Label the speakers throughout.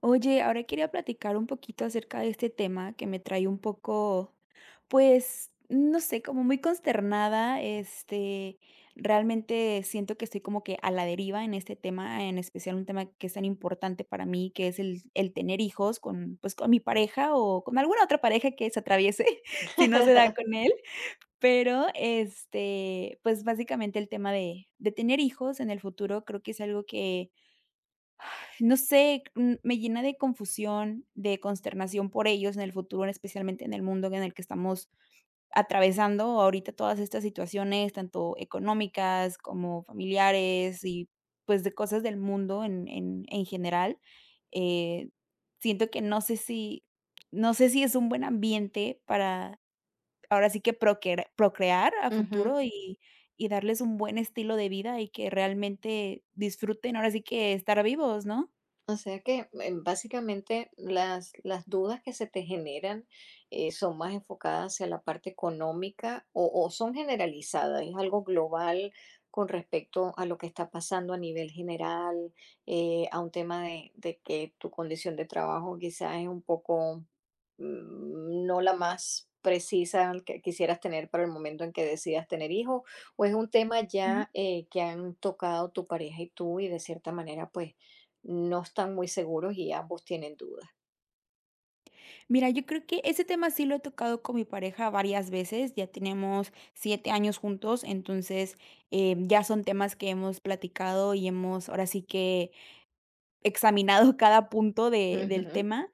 Speaker 1: Oye, ahora quería platicar un poquito acerca de este tema que me trae un poco, pues, no sé, como muy consternada. Realmente siento que estoy como que a la deriva en este tema, en especial un tema que es tan importante para mí, que es el tener hijos con, pues, con mi pareja o con alguna otra pareja que se atraviese si no se da con él. Pero, pues básicamente el tema de tener hijos en el futuro creo que es algo que no sé, me llena de confusión, de consternación por ellos en el futuro, especialmente en el mundo en el que estamos atravesando ahorita todas estas situaciones, tanto económicas como familiares y pues de cosas del mundo en general. Eh, siento que no sé si es un buen ambiente para ahora sí que procrear a
Speaker 2: Ujú.
Speaker 1: futuro y darles un buen estilo de vida y que realmente disfruten ahora sí que estar vivos, ¿no?
Speaker 2: O sea que, básicamente, las dudas que se te generan, son más enfocadas hacia la parte económica o son generalizadas, es algo global con respecto a lo que está pasando a nivel general, a un tema de que tu condición de trabajo quizás es un poco, no la más precisa que quisieras tener para el momento en que decidas tener hijos, o es un tema ya, que han tocado tu pareja y tú, y de cierta manera, pues, no están muy seguros y ambos tienen dudas.
Speaker 1: Mira, yo creo que ese tema sí lo he tocado con mi pareja varias veces, ya tenemos 7 años juntos, entonces, ya son temas que hemos platicado y hemos ahora sí que, examinado cada punto de del
Speaker 2: Ujú,
Speaker 1: tema.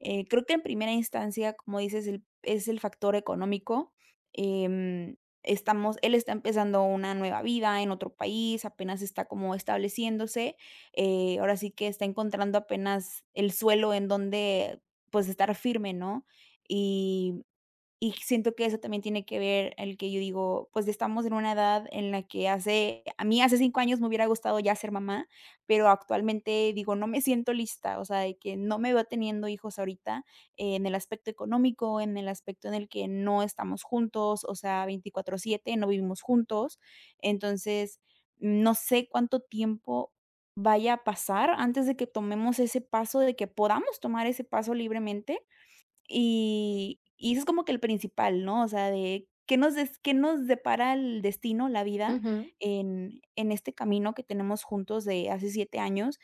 Speaker 1: Creo que en primera instancia, como dices, el es el factor económico. Em, estamos él está empezando una nueva vida en otro país, apenas está como estableciéndose, ahora sí que está encontrando apenas el suelo en donde, pues, estar firme, ¿no? Y y siento que eso también tiene que ver el que yo digo, pues, estamos en una edad en la que hace a mí hace 5 años me hubiera gustado ya ser mamá, pero actualmente digo, no me siento lista, o sea, de que no me veo teniendo hijos ahorita, en el aspecto económico, en el aspecto en el que no estamos juntos, o sea, 24/7 no vivimos juntos. Entonces, no sé cuánto tiempo vaya a pasar antes de que tomemos ese paso, de que podamos tomar ese paso libremente, y eso es como que el principal, ¿no? O sea, de qué nos des qué nos depara el destino, la vida,
Speaker 2: ujú.
Speaker 1: en este camino que tenemos juntos de hace 7 años,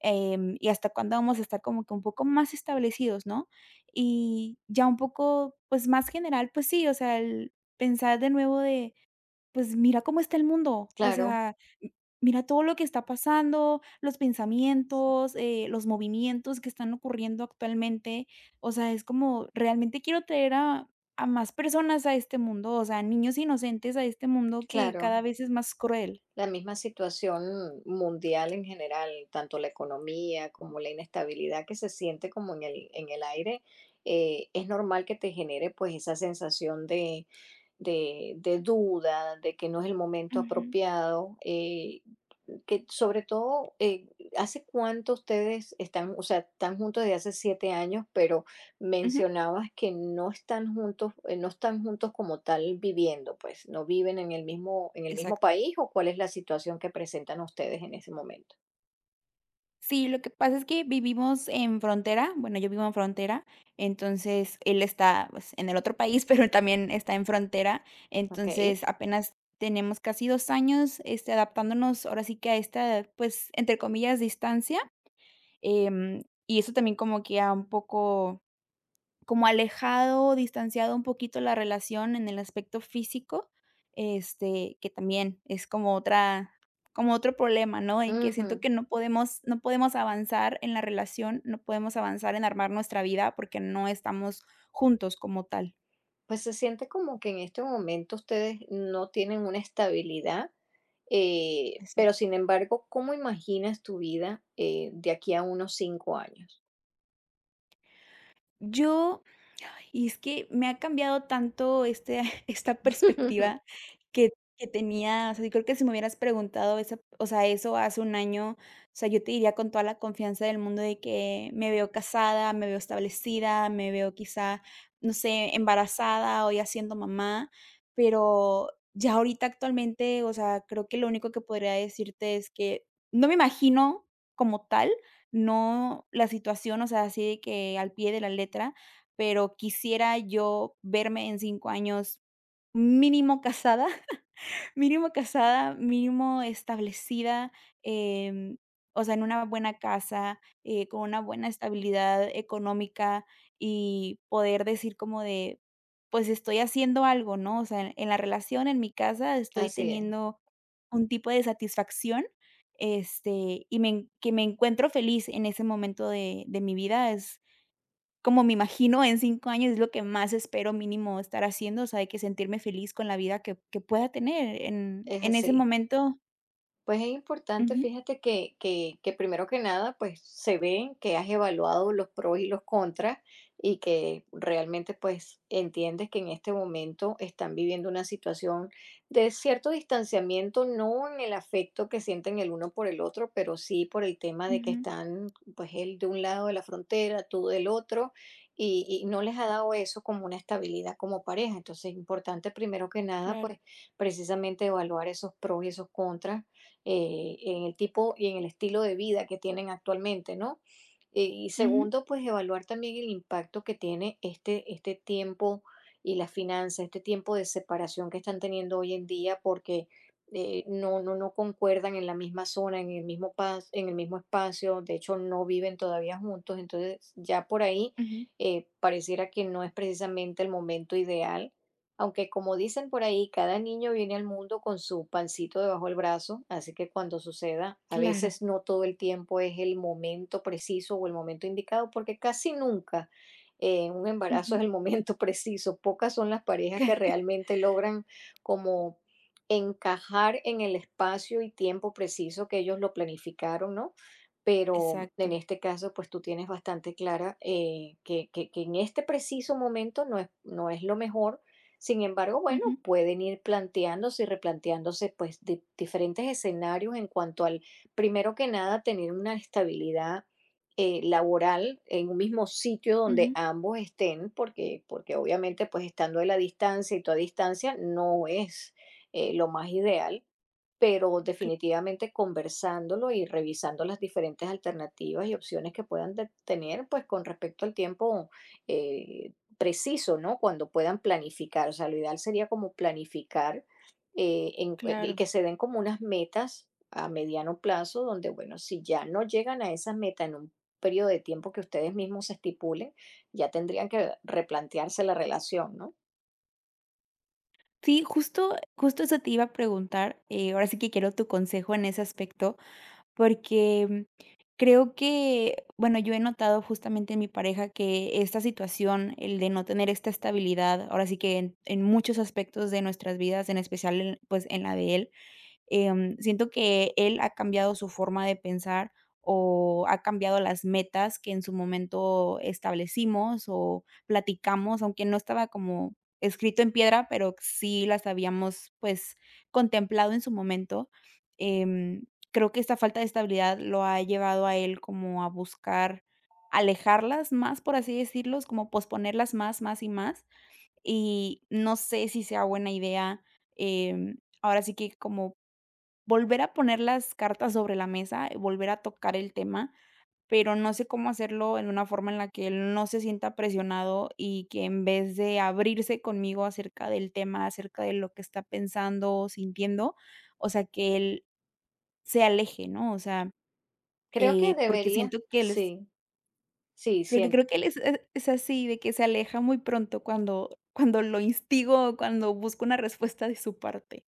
Speaker 1: y hasta cuándo vamos a estar como que un poco más establecidos, ¿no? Y ya un poco, pues, más general, pues sí, o sea, el pensar de nuevo de pues mira cómo está el mundo, o
Speaker 2: Claro,
Speaker 1: sea, m mira todo lo que está pasando, los pensamientos, los movimientos que están ocurriendo actualmente, o sea, es como realmente quiero traer a más personas a este mundo, o sea, niños inocentes a este mundo que cada
Speaker 2: claro.
Speaker 1: vez es más cruel.
Speaker 2: La misma situación mundial en general, tanto la economía como la inestabilidad que se siente como en el aire, es normal que te genere pues esa sensación de, de duda, de que no es el momento
Speaker 1: Ujú,
Speaker 2: apropiado, que sobre todo, ¿hace cuánto ustedes están, o sea, están juntos desde hace 7 años? Pero
Speaker 1: ujú,
Speaker 2: mencionabas que no están juntos, no están juntos como tal viviendo, pues, no viven en el mismo
Speaker 1: exacto.
Speaker 2: país, o cuál es la situación que presentan ustedes en ese momento.
Speaker 1: Sí, lo que pasa es que vivimos en frontera, bueno, yo vivo en frontera, entonces él está, pues, en el otro país, pero él también está en frontera,
Speaker 2: Ok.
Speaker 1: entonces apenas tenemos casi 2 años, este, adaptándonos ahora sí que a esta, pues, entre comillas, distancia, y eso también como que a un poco como alejado, distanciado un poquito la relación en el aspecto físico, este, que también es como otro problema, ¿no? Y que siento
Speaker 2: Ujú.
Speaker 1: que no podemos avanzar en la relación, no podemos avanzar en armar nuestra vida porque no estamos juntos como tal.
Speaker 2: Pues se siente como que en este momento ustedes no tienen una estabilidad, pero
Speaker 1: Exacto.
Speaker 2: sin embargo, ¿cómo imaginas tu vida de aquí a unos 5 años?
Speaker 1: Yo Y es que me ha cambiado tanto este esta perspectiva que que tenía, o sea, yo creo que si me hubieras preguntado esa o sea, eso hace un año, o sea, yo te diría con toda la confianza del mundo de que me veo casada, me veo establecida, me veo quizá, no sé, embarazada o ya siendo mamá, pero ya ahorita actualmente, o sea, creo que lo único que podría decirte es que no me imagino como tal, no la situación, o sea, así de que al pie de la letra, pero quisiera yo verme en 5 años mínimo casada, mínimo casada, mínimo establecida, em, o sea, en una buena casa, con una buena estabilidad económica y poder decir como de, pues estoy haciendo algo, ¿no? O sea, en la relación, en mi casa, estoy
Speaker 2: Así
Speaker 1: teniendo un tipo de satisfacción, este, y me en que me encuentro feliz en ese momento de mi vida es como me imagino en 5 años, es lo que más espero mínimo estar haciendo, o sea, de que sentirme feliz con la vida que pueda tener
Speaker 2: es
Speaker 1: en ese
Speaker 2: así.
Speaker 1: momento.
Speaker 2: Pues es importante,
Speaker 1: Ujú,
Speaker 2: fíjate que, que primero que nada, pues se ve que has evaluado los pros y los contras y que realmente pues entiendes que en este momento están viviendo una situación de cierto distanciamiento, no en el afecto que sienten el uno por el otro, pero sí por el tema de que
Speaker 1: ujú,
Speaker 2: están pues él de un lado de la frontera, tú del otro, y no les ha dado eso como una estabilidad como pareja. Entonces es importante primero que nada
Speaker 1: claro,
Speaker 2: pues precisamente evaluar esos pros y esos contras en el tipo y en el estilo de vida que tienen actualmente, ¿no? Y
Speaker 1: ujú,
Speaker 2: segundo, pues evaluar también el impacto que tiene este, este tiempo y las finanzas, este tiempo de separación que están teniendo hoy en día porque no, no, no concuerdan en la misma zona, en el mismo en el mismo espacio. De hecho no viven todavía juntos, entonces ya por ahí
Speaker 1: ujú,
Speaker 2: pareciera que no es precisamente el momento ideal, aunque como dicen por ahí, cada niño viene al mundo con su pancito debajo del brazo, así que cuando suceda, a
Speaker 1: claro,
Speaker 2: veces no todo el tiempo es el momento preciso o el momento indicado, porque casi nunca un embarazo
Speaker 1: ujú,
Speaker 2: es el momento preciso. Pocas son las parejas que realmente logran como encajar en el espacio y tiempo preciso que ellos lo planificaron, ¿no? Pero en
Speaker 1: exacto,
Speaker 2: este caso, pues tú tienes bastante clara que, que en este preciso momento no es lo mejor. Sin embargo,
Speaker 1: ujú,
Speaker 2: bueno, pueden ir planteándose y replanteándose pues diferentes escenarios en cuanto al, primero que nada, tener una estabilidad laboral en un mismo sitio donde
Speaker 1: ujú,
Speaker 2: ambos estén, porque obviamente pues estando a la distancia y toda distancia no es lo más ideal. Pero
Speaker 1: cl
Speaker 2: definitivamente conversándolo y revisando las diferentes alternativas y opciones que puedan tener, pues con respecto al tiempo eh, preciso, ¿no? Cuando puedan planificar, o sea, lo ideal sería como planificar y
Speaker 1: claro.
Speaker 2: que se den como unas metas a mediano plazo, donde, bueno, si ya no llegan a esas metas en un periodo de tiempo que ustedes mismos se estipulen, ya tendrían que replantearse la relación, ¿no?
Speaker 1: Sí, justo eso te iba a preguntar, ahora sí que quiero tu consejo en ese aspecto. Porque creo que, bueno, yo he notado justamente en mi pareja que esta situación, el de no tener esta estabilidad, ahora sí que en muchos aspectos de nuestras vidas, en especial en, pues en la de él. Siento que él ha cambiado su forma de pensar o ha cambiado las metas que en su momento establecimos o platicamos, aunque no estaba como escrito en piedra, pero sí las habíamos, pues, contemplado en su momento. Em, Creo que esta falta de estabilidad lo ha llevado a él como a buscar alejarlas más, por así decirlos, como posponerlas más, más y más. Y no sé si sea buena idea, em, ahora sí que como volver a poner las cartas sobre la mesa, volver a tocar el tema, pero no sé cómo hacerlo en una forma en la que él no se sienta presionado y que en vez de abrirse conmigo acerca del tema, acerca de lo que está pensando o sintiendo, o sea, que él se aleje, ¿no? O sea,
Speaker 2: Creo que
Speaker 1: eh, porque
Speaker 2: debería,
Speaker 1: siento que él es
Speaker 2: sí, sí,
Speaker 1: porque
Speaker 2: sí.
Speaker 1: creo que él es así, de que se aleja muy pronto cuando lo instigo o cuando busco una respuesta de su parte.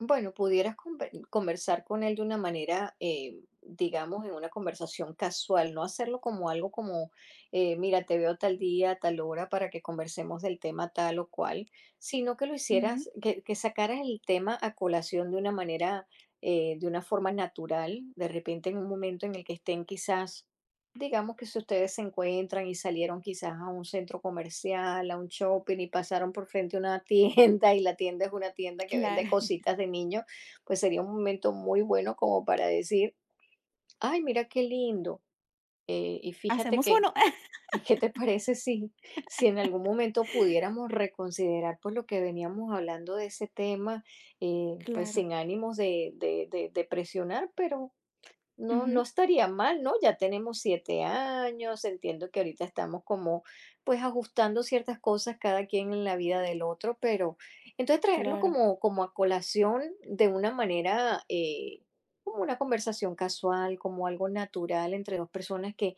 Speaker 2: Bueno, pudieras conversar con él de una manera, digamos, en una conversación casual, no hacerlo como algo como, mira, te veo tal día, tal hora para que conversemos del tema tal o cual, sino que lo
Speaker 1: Ujú,
Speaker 2: hicieras, que, sacaras el tema a colación de una manera, de una forma natural, de repente en un momento en el que estén quizás. Digamos que si ustedes se encuentran y salieron quizás a un centro comercial, a un shopping y pasaron por frente a una tienda y la tienda es una tienda que vende
Speaker 1: claro.
Speaker 2: cositas de niños, pues sería un momento muy bueno como para decir, ay, mira qué lindo. Y fíjate
Speaker 1: Hacemos
Speaker 2: que,
Speaker 1: uno.
Speaker 2: ¿y qué te parece si, si en algún momento pudiéramos reconsiderar pues lo que veníamos hablando de ese tema, pues
Speaker 1: Claro.
Speaker 2: sin ánimos de, de presionar, pero no, no
Speaker 1: Ujú,
Speaker 2: estaría mal, ¿no? Ya tenemos 7 años. Entiendo que ahorita estamos como pues ajustando ciertas cosas cada quien en la vida del otro, pero entonces traerlo
Speaker 1: claro.
Speaker 2: como, a colación de una manera, como una conversación casual, como algo natural entre dos personas que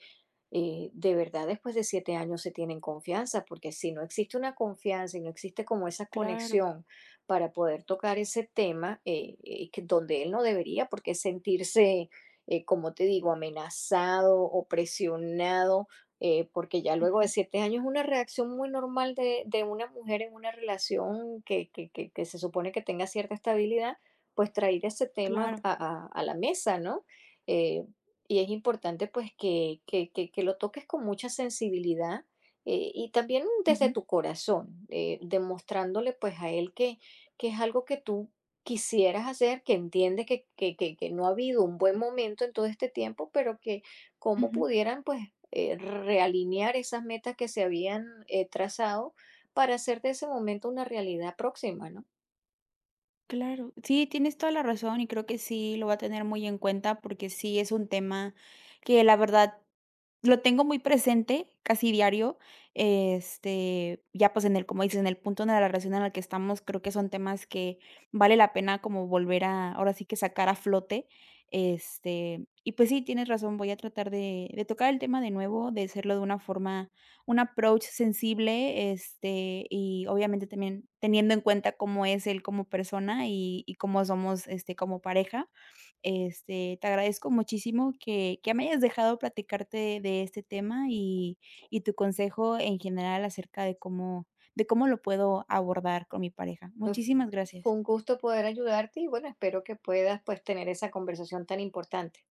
Speaker 2: de verdad después de 7 años se tienen confianza, porque si no existe una confianza y no existe como esa
Speaker 1: Claro.
Speaker 2: conexión para poder tocar ese tema, donde él no debería, porque sentirse, como te digo, amenazado o presionado, porque ya luego de
Speaker 1: Ujú,
Speaker 2: 7 años es una reacción muy normal de, una mujer en una relación que, que se supone que tenga cierta estabilidad, pues traer ese tema
Speaker 1: claro.
Speaker 2: a, a la mesa, ¿no? Eh, y es importante, pues, que lo toques con mucha sensibilidad, y también desde
Speaker 1: Ujú,
Speaker 2: tu corazón, demostrándole, pues, a él que es algo que tú quisieras hacer, que entiende que no ha habido un buen momento en todo este tiempo, pero que cómo
Speaker 1: ujú.
Speaker 2: pudieran, pues, realinear esas metas que se habían, trazado para hacer de ese momento una realidad próxima, ¿no?
Speaker 1: Claro, sí, tienes toda la razón y creo que sí lo voy a tener muy en cuenta porque sí es un tema que la verdad lo tengo muy presente casi diario. Ya pues en el, como dices, en el punto de la relación en la que estamos, creo que son temas que vale la pena como volver a, ahora sí que sacar a flote. Y pues sí, tienes razón, voy a tratar de tocar el tema de nuevo, de hacerlo de una forma un approach sensible, este, y obviamente también teniendo en cuenta cómo es él como persona y cómo somos, este, como pareja. Te agradezco muchísimo que me hayas dejado platicarte de este tema y tu consejo en general acerca de cómo lo puedo abordar con mi pareja.
Speaker 2: F
Speaker 1: Muchísimas
Speaker 2: Fue
Speaker 1: gracias.
Speaker 2: un gusto poder ayudarte y, bueno, espero que puedas, pues, tener esa conversación tan importante.